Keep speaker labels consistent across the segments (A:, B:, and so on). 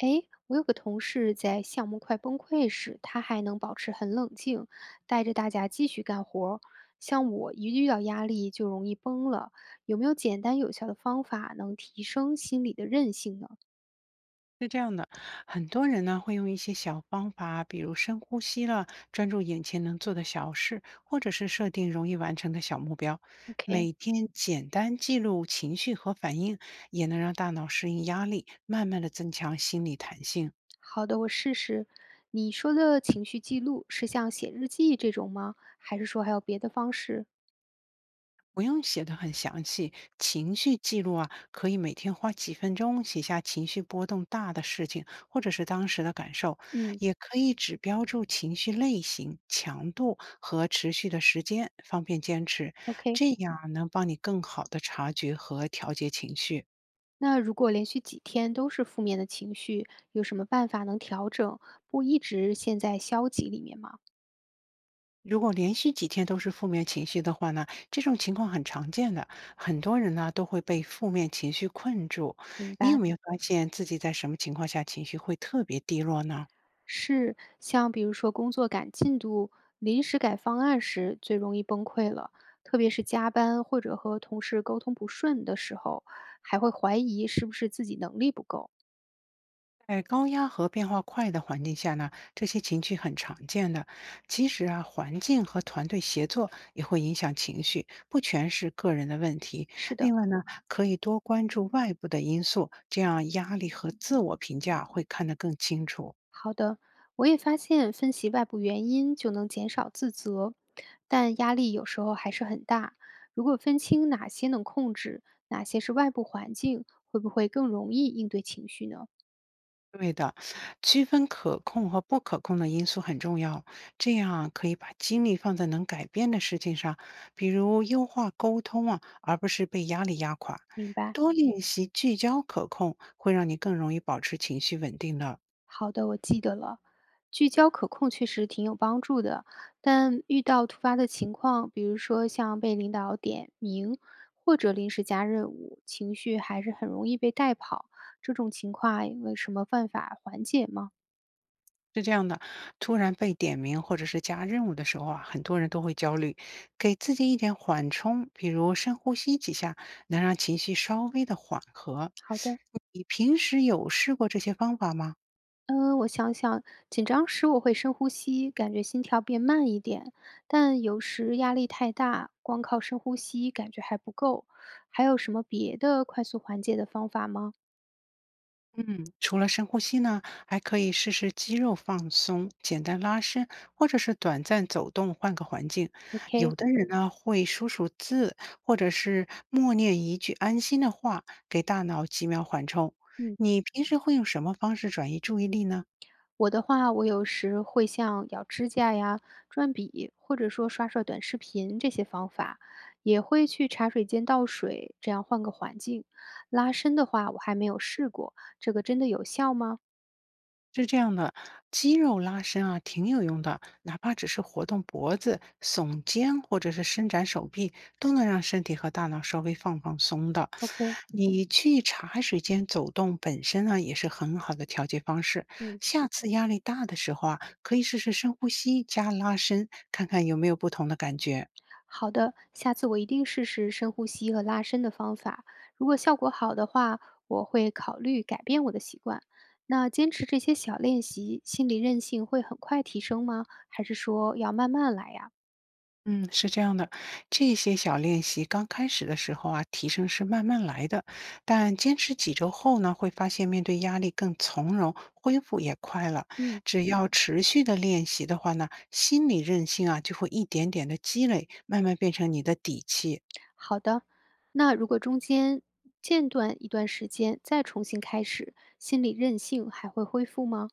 A: 诶，我有个同事在项目快崩溃时，他还能保持很冷静，带着大家继续干活儿。像我一遇到压力就容易崩了，有没有简单有效的方法能提升心理的韧性呢
B: 是这样的，很多人呢会用一些小方法，比如深呼吸了，专注眼前能做的小事，或者是设定容易完成的小目标。
A: ？OK，
B: 每天简单记录情绪和反应，也能让大脑适应压力，慢慢的增强心理弹性。
A: 好的，我试试。你说的情绪记录是像写日记这种吗？还是说还有别的方式？
B: 不用写的很详细，情绪记录啊，可以每天花几分钟写下情绪波动大的事情，或者是当时的感受，
A: 嗯
B: 也可以只标注情绪类型、强度和持续的时间，方便坚持。
A: ，OK。
B: 这样啊能帮你更好的察觉和调节情绪。
A: 那如果连续几天都是负面的情绪，有什么办法能调整，不一直陷在消极里面吗？
B: 如果连续几天都是负面情绪的话呢，这种情况很常见的，很多人呢都会被负面情绪困住。
A: 明
B: 你有
A: 白。
B: 没有发现自己在什么情况下情绪会特别低落呢？
A: 是，像比如说工作赶进度、临时改方案时，最容易崩溃了。特别是加班或者和同事沟通不顺的时候，还会怀疑是不是自己能力不够。
B: 在高压和变化快的环境下呢，这些情绪很常见的。其实啊，环境和团队协作也会影响情绪，不全是个人的问题。
A: 是的，
B: 另外呢，可以多关注外部的因素，这样压力和自我评价会看得更清楚。
A: 好的，我也发现分析外部原因就能减少自责，但压力有时候还是很大。如果分清哪些能控制，哪些是外部环境，会不会更容易应对情绪呢？
B: 对的，区分可控和不可控的因素很重要，这样啊可以把精力放在能改变的事情上，比如优化沟通啊，而不是被压力压垮。
A: 明白。
B: 多练习聚焦可控，会让你更容易保持情绪稳定的。
A: 好的，我记得了。聚焦可控确实挺有帮助的，但遇到突发的情况，比如说像被领导点名或者临时加任务，情绪还是很容易被带跑。这种情况啊有什么办法缓解吗？
B: 是这样的，突然被点名或者是加任务的时候啊，很多人都会焦虑。给自己一点缓冲，比如深呼吸几下，能让情绪稍微的缓和。
A: 好的，
B: 你平时有试过这些方法吗？
A: 嗯，我想想，紧张时我会深呼吸，感觉心跳变慢一点，但有时压力太大，光靠深呼吸感觉还不够。还有什么别的快速缓解的方法吗
B: 嗯，除了深呼吸呢，还可以试试肌肉放松、简单拉伸，或者是短暂走动，换个环境。
A: ？OK，
B: 有的人呢会数数字，或者是默念一句安心的话，给大脑几秒缓冲。
A: 嗯。
B: 你平时会用什么方式转移注意力呢？
A: 我的话，我有时会像咬指甲呀、转笔，或者说刷刷短视频这些方法，也会去茶水间倒水，这样换个环境。拉伸的话，我还没有试过，这个真的有效吗
B: 是这样的，肌肉拉伸啊，挺有用的，哪怕只是活动脖子、耸肩或者是伸展手臂，都能让身体和大脑稍微放放松的。
A: ？OK，
B: 你去茶水间走动本身呢，也是很好的调节方式。
A: 嗯，
B: 下次压力大的时候啊，可以试试深呼吸加拉伸，看看有没有不同的感觉。
A: 好的，下次我一定试试深呼吸和拉伸的方法。如果效果好的话，我会考虑改变我的习惯。那坚持这些小练习，心理韧性会很快提升吗？还是说要慢慢来呀？
B: 嗯，是这样的，这些小练习刚开始的时候啊，提升是慢慢来的，但坚持几周后呢，会发现面对压力更从容，恢复也快了。
A: 嗯。
B: 只要持续的练习的话呢，心理韧性啊就会一点点的积累，慢慢变成你的底气。
A: 好的，那如果中间间断一段时间，再重新开始，心理韧性还会恢复吗？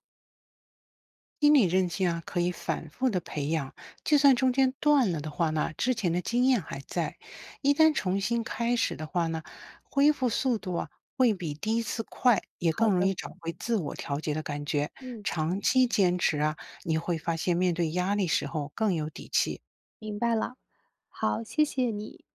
B: 心理韧性啊，可以反复的培养，就算中间断了的话呢，之前的经验还在。一旦重新开始的话呢，恢复速度啊会比第一次快，也
A: 好
B: 更容易
A: 的，
B: 找回自我调节的感觉。
A: 嗯，
B: 长期坚持啊，你会发现面对压力时候更有底气。
A: 明白了。好，谢谢你。